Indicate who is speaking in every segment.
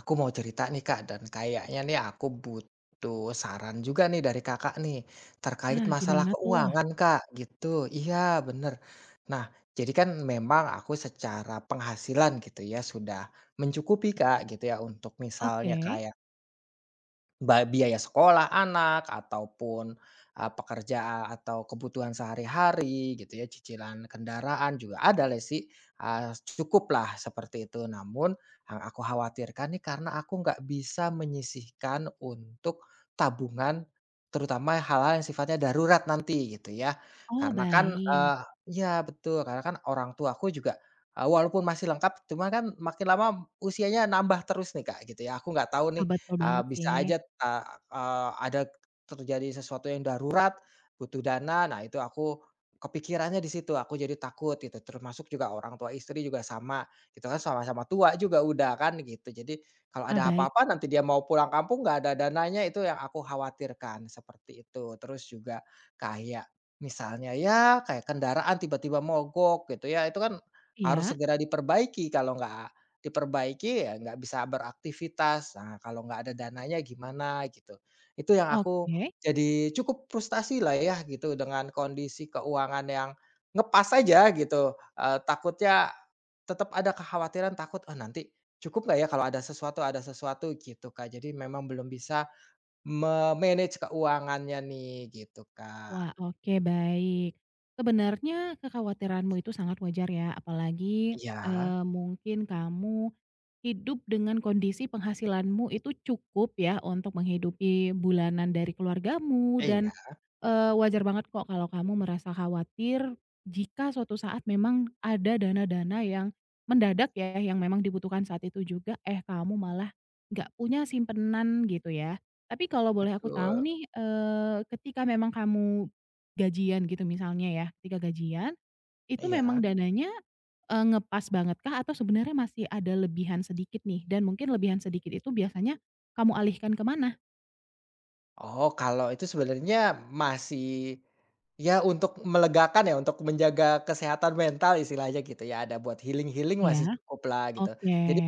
Speaker 1: Aku mau cerita nih Kak, dan kayaknya nih aku butuh saran juga nih dari Kakak nih, terkait
Speaker 2: Ah,
Speaker 1: masalah
Speaker 2: gimana tuh?
Speaker 1: keuangan Kak, gitu. Iya bener. Nah, jadi kan memang aku secara penghasilan gitu ya, sudah mencukupi Kak, gitu ya, untuk misalnya
Speaker 2: Oke.
Speaker 1: kayak biaya sekolah anak ataupun, pekerjaan atau kebutuhan sehari-hari gitu ya, cicilan kendaraan juga ada lesi, cukuplah seperti itu. Namun yang aku khawatirkan nih karena aku nggak bisa menyisihkan untuk tabungan, terutama hal-hal yang sifatnya darurat nanti gitu ya.
Speaker 2: Oh,
Speaker 1: Karena kan,
Speaker 2: baik.
Speaker 1: iya betul, karena kan orang tua aku juga, walaupun masih lengkap cuma kan makin lama usianya nambah terus nih Kak gitu ya, aku nggak tahu
Speaker 2: Ah,
Speaker 1: nih.
Speaker 2: betul banget
Speaker 1: Bisa
Speaker 2: sih.
Speaker 1: aja, eee eee, ada terjadi sesuatu yang darurat, butuh dana, nah itu aku kepikirannya di situ, aku jadi takut gitu, termasuk juga orang tua istri juga sama, gitu kan sama-sama tua juga udah kan gitu. Jadi kalau
Speaker 2: Ah,
Speaker 1: ada
Speaker 2: baik.
Speaker 1: apa-apa nanti dia mau pulang kampung nggak ada dananya itu yang aku khawatirkan, seperti itu. Terus juga kayak misalnya ya kayak kendaraan tiba-tiba mogok gitu ya, itu kan harus
Speaker 2: Iya,
Speaker 1: segera diperbaiki ya nggak bisa beraktivitas, nah kalau nggak ada dananya gimana gitu. Itu yang aku
Speaker 2: oke.
Speaker 1: jadi cukup frustasi lah ya gitu dengan kondisi keuangan yang ngepas aja gitu, takutnya tetap ada kekhawatiran takut, "Ah nanti cukup nggak ya kalau ada sesuatu ada sesuatu?" Gitu, Kak. Jadi memang belum bisa me-manage keuangannya nih gitu, Kak.
Speaker 2: Wah, oke, baik. Sebenarnya kekhawatiranmu itu sangat wajar ya, apalagi,
Speaker 1: Iya,
Speaker 2: eee, mungkin kamu hidup dengan kondisi penghasilanmu itu cukup ya untuk menghidupi bulanan dari keluargamu
Speaker 1: iya,
Speaker 2: dan, wajar banget kok kalau kamu merasa khawatir jika suatu saat memang ada dana-dana yang mendadak ya, yang memang dibutuhkan saat itu juga, eh, kamu malah nggak punya simpenan gitu ya. Tapi kalau boleh aku tahu
Speaker 1: betul,
Speaker 2: nih, ketika memang kamu gajian gitu misalnya ya, ketika gajian itu memang
Speaker 1: iya.
Speaker 2: dananya, ngepas banget kah atau sebenarnya masih ada lebihan sedikit nih dan mungkin lebihan sedikit itu biasanya kamu alihkan kemana?
Speaker 1: Oh, kalau itu sebenarnya masih ya untuk melegakan ya, untuk menjaga kesehatan mental istilahnya gitu ya, ada buat healing-healing
Speaker 2: Iya,
Speaker 1: masih cukup lah gitu.
Speaker 2: oke.
Speaker 1: Jadi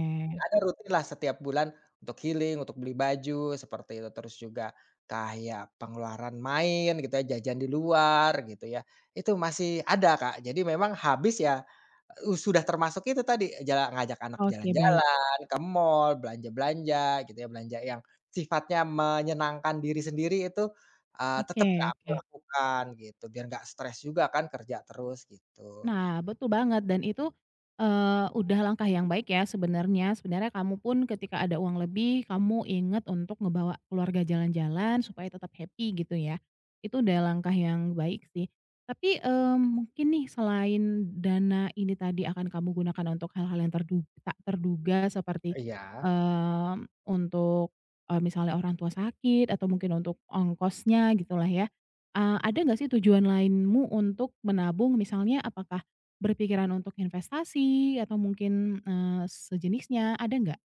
Speaker 1: ada rutin lah setiap bulan untuk healing, untuk beli baju seperti itu, terus juga kayak pengeluaran main gitu ya, jajan di luar gitu ya, itu masih ada, Kak. Jadi memang habis ya, sudah termasuk itu tadi, jalan ngajak anak
Speaker 2: Oke, baik.
Speaker 1: jalan-jalan, ke mall, belanja-belanja gitu ya, belanja yang sifatnya menyenangkan diri sendiri itu,
Speaker 2: Oke,
Speaker 1: tetep Kak, aku
Speaker 2: oke.
Speaker 1: lakukan gitu, biar nggak stres juga kan kerja terus gitu.
Speaker 2: Nah, betul banget dan itu, udah langkah yang baik ya sebenarnya. Sebenarnya kamu pun ketika ada uang lebih, kamu inget untuk ngebawa keluarga jalan-jalan supaya tetap happy gitu ya. Itu udah langkah yang baik sih. Tapi, mungkin nih selain dana ini tadi akan kamu gunakan untuk hal-hal yang terduga tak terduga seperti,
Speaker 1: Iya.
Speaker 2: untuk, misalnya orang tua sakit atau mungkin untuk ongkosnya gitulah ya. Ada nggak sih tujuan lainmu untuk menabung? Misalnya apakah berpikiran untuk investasi atau mungkin, sejenisnya, ada nggak?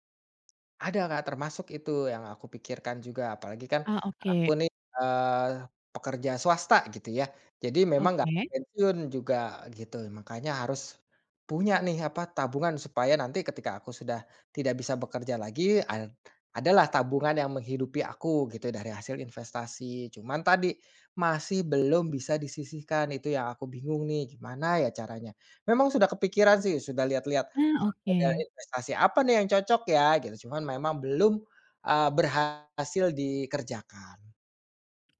Speaker 1: Ada Kak, termasuk itu yang aku pikirkan juga, apalagi kan
Speaker 2: Ah,
Speaker 1: aku
Speaker 2: oke,
Speaker 1: nih, pekerja swasta gitu ya. Jadi memang nggak
Speaker 2: oke.
Speaker 1: pensiun juga gitu, makanya harus punya nih apa, tabungan supaya nanti ketika aku sudah tidak bisa bekerja lagi, adalah tabungan yang menghidupi aku gitu ya, dari hasil investasi. Cuman tadi, masih belum bisa disisihkan, itu yang aku bingung nih, gimana ya caranya? Memang sudah kepikiran sih, sudah lihat-lihat
Speaker 2: Ah, oke.
Speaker 1: model investasi apa nih yang cocok ya gitu, cuman memang belum, berhasil dikerjakan.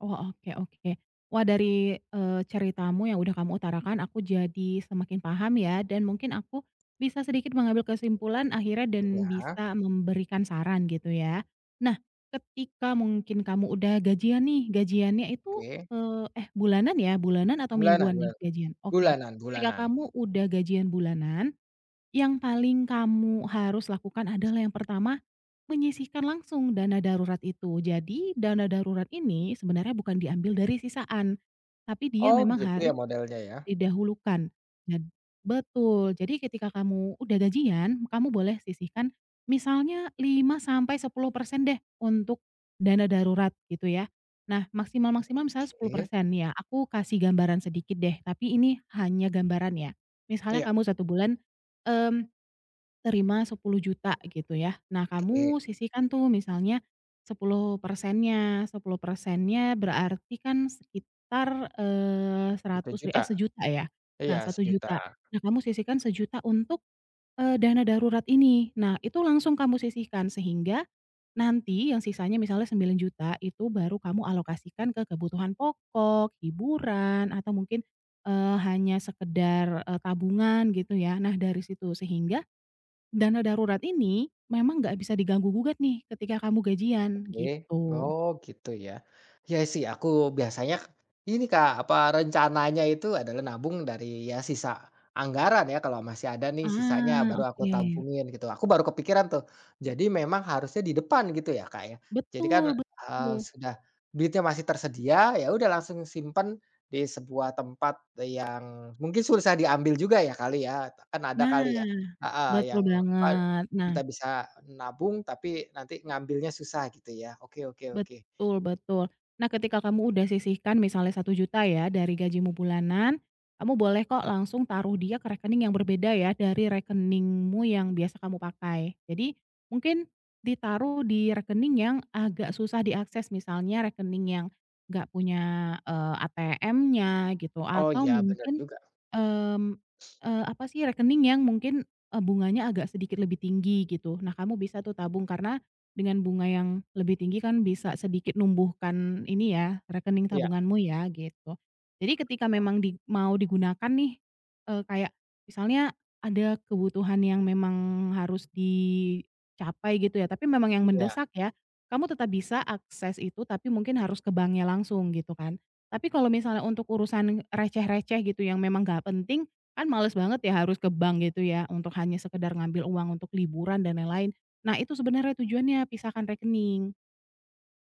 Speaker 2: Oh, oke, oke. Wah, dari, ceritamu yang udah kamu utarakan, aku jadi semakin paham ya, dan mungkin aku bisa sedikit mengambil kesimpulan akhirnya dan
Speaker 1: Ya,
Speaker 2: bisa memberikan saran gitu ya. Nah, ketika mungkin kamu udah gajian nih, gajiannya itu,
Speaker 1: oke.
Speaker 2: eh, bulanan ya? Bulanan atau
Speaker 1: Bulanan
Speaker 2: mingguan nih
Speaker 1: bulan
Speaker 2: gajian? Oke.
Speaker 1: bulanan bulanan.
Speaker 2: Ketika kamu udah gajian bulanan, yang paling kamu harus lakukan adalah yang pertama, menyisihkan langsung dana darurat itu. Jadi dana darurat ini sebenarnya bukan diambil dari sisaan, tapi dia
Speaker 1: Oh
Speaker 2: memang
Speaker 1: gitu ya
Speaker 2: harus
Speaker 1: modelnya ya?
Speaker 2: didahulukan. Dan betul, jadi ketika kamu udah gajian, kamu boleh sisihkan misalnya 5 sampai 10% deh untuk dana darurat gitu ya. Nah, maksimal-maksimal misalnya sepuluh
Speaker 1: Oke.
Speaker 2: persen ya. Aku kasih gambaran sedikit deh, tapi ini hanya gambaran ya. Misalnya
Speaker 1: Iya.
Speaker 2: kamu satu bulan, mmm, terima 10 juta gitu ya. Nah
Speaker 1: Oke,
Speaker 2: kamu sisihkan tuh misalnya 10 persennya, 10 persennya berarti kan sekitar,
Speaker 1: satu
Speaker 2: 100 ri eh,
Speaker 1: juta.
Speaker 2: sejuta ya.
Speaker 1: Iya,
Speaker 2: Nah satu juta,
Speaker 1: Rp1.000.000.
Speaker 2: nah kamu sisihkan sejuta untuk, dana darurat ini. Nah itu langsung kamu sisihkan sehingga nanti yang sisanya misalnya 9 juta itu baru kamu alokasikan ke kebutuhan pokok, hiburan, atau mungkin, hanya sekedar, tabungan gitu ya. Nah dari situ sehingga dana darurat ini memang nggak bisa diganggu gugat nih ketika kamu gajian,
Speaker 1: Oke,
Speaker 2: gitu.
Speaker 1: oh gitu ya. Ya sih aku biasanya ini Kak, apa rencananya itu adalah nabung dari ya sisa anggaran ya kalau masih ada nih sisanya
Speaker 2: Ah,
Speaker 1: baru aku
Speaker 2: oke.
Speaker 1: tabungin gitu. Aku baru kepikiran tuh. Jadi memang harusnya di depan gitu ya Kak ya. Jadi kan,
Speaker 2: Betul, betul.
Speaker 1: sudah duitnya masih tersedia ya udah langsung simpen di sebuah tempat yang mungkin susah diambil juga ya kali ya, kan ada
Speaker 2: Nah,
Speaker 1: kali ya?
Speaker 2: betul
Speaker 1: Yang apa
Speaker 2: banget. Nah,
Speaker 1: kita bisa nabung, tapi nanti ngambilnya susah gitu ya. Oke oke oke.
Speaker 2: betul, betul. Nah, ketika kamu udah sisihkan misalnya satu juta ya dari gajimu bulanan, kamu boleh kok langsung taruh dia ke rekening yang berbeda ya dari rekeningmu yang biasa kamu pakai. Jadi, mungkin ditaruh di rekening yang agak susah diakses, misalnya rekening yang nggak punya, ATM-nya gitu,
Speaker 1: Oh
Speaker 2: atau
Speaker 1: iya bener
Speaker 2: mungkin
Speaker 1: juga.
Speaker 2: mmm, apa sih, rekening yang mungkin, bunganya agak sedikit lebih tinggi gitu. Nah, kamu bisa tuh tabung karena dengan bunga yang lebih tinggi kan bisa sedikit numbuhkan ini ya, rekening
Speaker 1: Iya,
Speaker 2: tabunganmu ya, gitu. Jadi ketika
Speaker 1: heeh,
Speaker 2: memang di mau digunakan nih, kayak misalnya ada kebutuhan yang memang harus dicapai gitu ya, tapi memang yang
Speaker 1: iya.
Speaker 2: mendesak ya, kamu tetap bisa akses itu tapi mungkin harus ke banknya langsung gitu kan. Tapi kalau misalnya untuk urusan receh-receh gitu yang memang nggak penting, kan males banget ya harus ke bank gitu ya untuk hanya sekedar ngambil uang untuk liburan dan lain-lain. Nah itu sebenarnya tujuannya pisahkan rekening.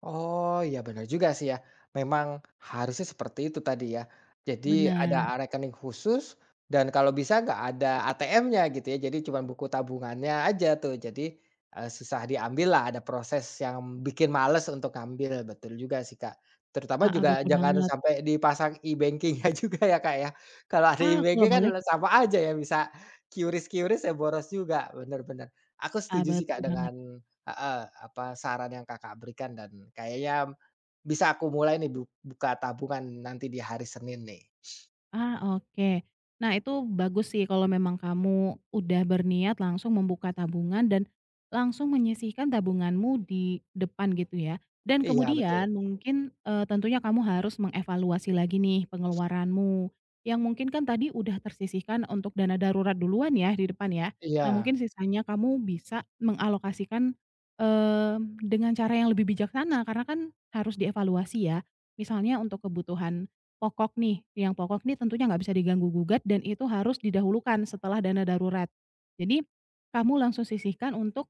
Speaker 1: Oh, iya benar juga sih ya. Memang harusnya seperti itu tadi ya. Jadi
Speaker 2: Bener,
Speaker 1: ada rekening khusus dan kalau bisa nggak ada ATM-nya gitu ya. Jadi cuma buku tabungannya aja tuh. Jadi, susah diambil lah ada proses yang bikin males untuk ngambil, betul juga sih, Kak. Terutama
Speaker 2: heeh,
Speaker 1: juga
Speaker 2: betul
Speaker 1: jangan
Speaker 2: banget.
Speaker 1: sampai dipasang e bankingnya juga ya, Kak, ya. Kalau ada
Speaker 2: Ah, kalau
Speaker 1: e-banking kan
Speaker 2: boleh,
Speaker 1: sama aja ya bisa QRIS-QRIS ya boros juga, bener bener. Aku
Speaker 2: ah,
Speaker 1: setuju sih,
Speaker 2: betul
Speaker 1: Kak,
Speaker 2: banget.
Speaker 1: dengan heeh, apa saran yang Kakak berikan dan kayaknya bisa aku mulai nih buka tabungan nanti di hari Senin nih.
Speaker 2: Ah, oke. Nah, itu bagus sih kalau memang kamu udah berniat langsung membuka tabungan dan langsung menyisihkan tabunganmu di depan gitu ya. Dan
Speaker 1: Iya betul.
Speaker 2: kemudian mungkin, tentunya kamu harus mengevaluasi lagi nih pengeluaranmu, yang mungkin kan tadi udah tersisihkan untuk dana darurat duluan ya di depan ya. Nah,
Speaker 1: Iya
Speaker 2: mungkin sisanya kamu bisa mengalokasikan, dengan cara yang lebih bijaksana karena kan harus dievaluasi ya. Misalnya untuk kebutuhan pokok nih, yang pokok nih tentunya nggak bisa diganggu gugat dan itu harus didahulukan setelah dana darurat. Jadi, kamu langsung sisihkan untuk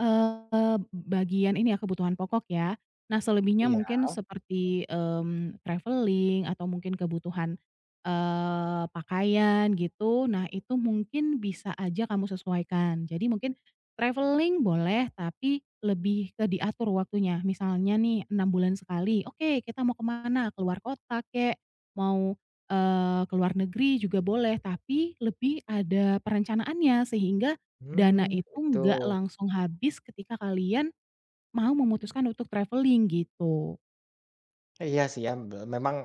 Speaker 2: Bagian ini ya, kebutuhan pokok ya. Nah, selebihnya
Speaker 1: iya.
Speaker 2: mungkin seperti, traveling atau mungkin kebutuhan, pakaian gitu, nah itu mungkin bisa aja kamu sesuaikan. Jadi mungkin traveling boleh, tapi lebih ke diatur waktunya. Misalnya nih 6 bulan sekali, oke kita mau ke mana, keluar kota kek, mau, ke luar negeri juga boleh, tapi lebih ada perencanaannya sehingga dana
Speaker 1: Mmm,
Speaker 2: itu
Speaker 1: gitu.
Speaker 2: nggak langsung habis ketika kalian mau memutuskan untuk traveling gitu.
Speaker 1: Iya sih ya, memang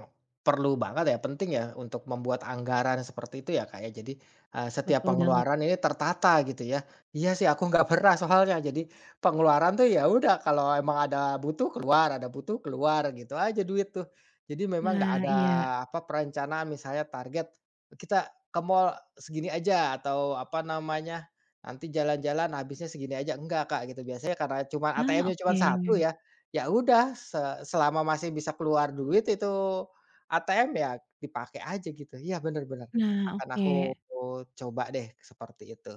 Speaker 1: perlu banget ya, penting ya untuk membuat anggaran seperti itu ya, Kak, ya. Jadi, setiap
Speaker 2: Betul banget.
Speaker 1: pengeluaran ini tertata gitu ya. Iya sih aku nggak pernah soalnya, jadi pengeluaran tuh ya udah kalau emang ada butuh keluar, gitu aja duit tuh. Jadi memang nggak
Speaker 2: Nah
Speaker 1: ada
Speaker 2: iya.
Speaker 1: apa, perencanaan misalnya target, kita ke mall segini aja atau apa namanya, nanti jalan-jalan habisnya segini aja, enggak, Kak, gitu. Biasanya karena cuman
Speaker 2: Ah,
Speaker 1: ATM-nya cuma
Speaker 2: oke.
Speaker 1: satu ya. Ya udah, se selama masih bisa keluar duit itu ATM ya dipakai aja gitu. Iya bener bener,
Speaker 2: Nah,
Speaker 1: akan
Speaker 2: oke.
Speaker 1: aku coba deh seperti itu.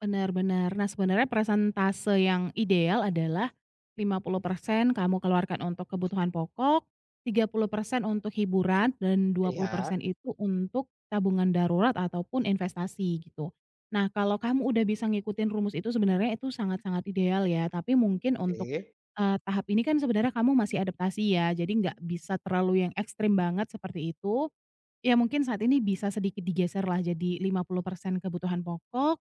Speaker 2: Benar, benar. Nah, sebenarnya presentase yang ideal adalah 50% kamu keluarkan untuk kebutuhan pokok, 30% untuk hiburan, dan
Speaker 1: Iya,
Speaker 2: 20% itu untuk tabungan darurat ataupun investasi gitu. Nah, kalau kamu udah bisa ngikutin rumus itu sebenarnya itu sangat-sangat ideal ya, tapi mungkin untuk,
Speaker 1: oke.
Speaker 2: tahap ini kan sebenarnya kamu masih adaptasi ya, jadi nggak bisa terlalu yang ekstrim banget seperti itu. Ya mungkin saat ini bisa sedikit digeserlah jadi 50% kebutuhan pokok,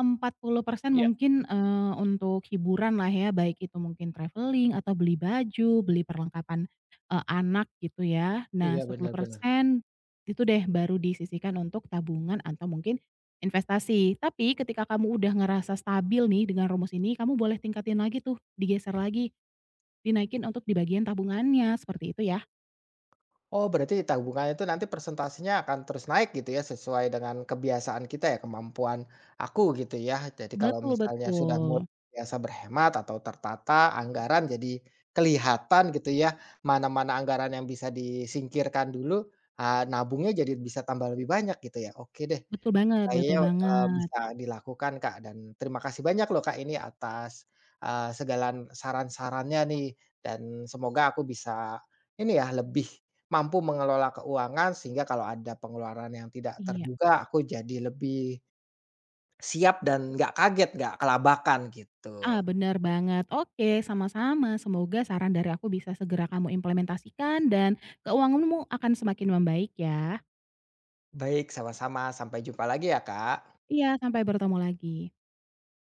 Speaker 2: 40%
Speaker 1: Iya
Speaker 2: mungkin, untuk hiburan lah ya, baik itu mungkin traveling atau beli baju, beli perlengkapan, anak gitu ya. Nah
Speaker 1: iya, benar-benar.
Speaker 2: 10% itu deh baru disisihkan untuk tabungan atau mungkin investasi. Tapi ketika kamu udah ngerasa stabil nih dengan rumus ini, kamu boleh tingkatin lagi tuh, digeser lagi, dinaikin untuk di bagian tabungannya, seperti itu ya.
Speaker 1: Oh, berarti tabungan itu nanti persentasenya akan terus naik gitu ya, sesuai dengan kebiasaan kita ya, kemampuan aku gitu ya. Jadi kalau
Speaker 2: Betul,
Speaker 1: misalnya sudah mulai
Speaker 2: betul.
Speaker 1: biasa berhemat atau tertata anggaran jadi kelihatan gitu ya, mana-mana anggaran yang bisa disingkirkan dulu, ah, nabungnya jadi bisa tambah lebih banyak gitu ya. Oke deh.
Speaker 2: Betul banget, betul
Speaker 1: Kayaknya,
Speaker 2: banget.
Speaker 1: bisa dilakukan, Kak, dan terima kasih banyak loh, Kak, ini atas, segala saran-sarannya nih dan semoga aku bisa ini ya, lebih mampu mengelola keuangan sehingga kalau ada pengeluaran yang tidak
Speaker 2: Iya.
Speaker 1: terduga aku jadi lebih siap dan nggak kaget, nggak kelabakan gitu.
Speaker 2: Ah, benar banget. Oke, sama-sama. Semoga saran dari aku bisa segera kamu implementasikan dan keuanganmu akan semakin membaik ya.
Speaker 1: Baik, sama-sama, sampai jumpa lagi ya, Kak.
Speaker 2: Iya, sampai bertemu lagi.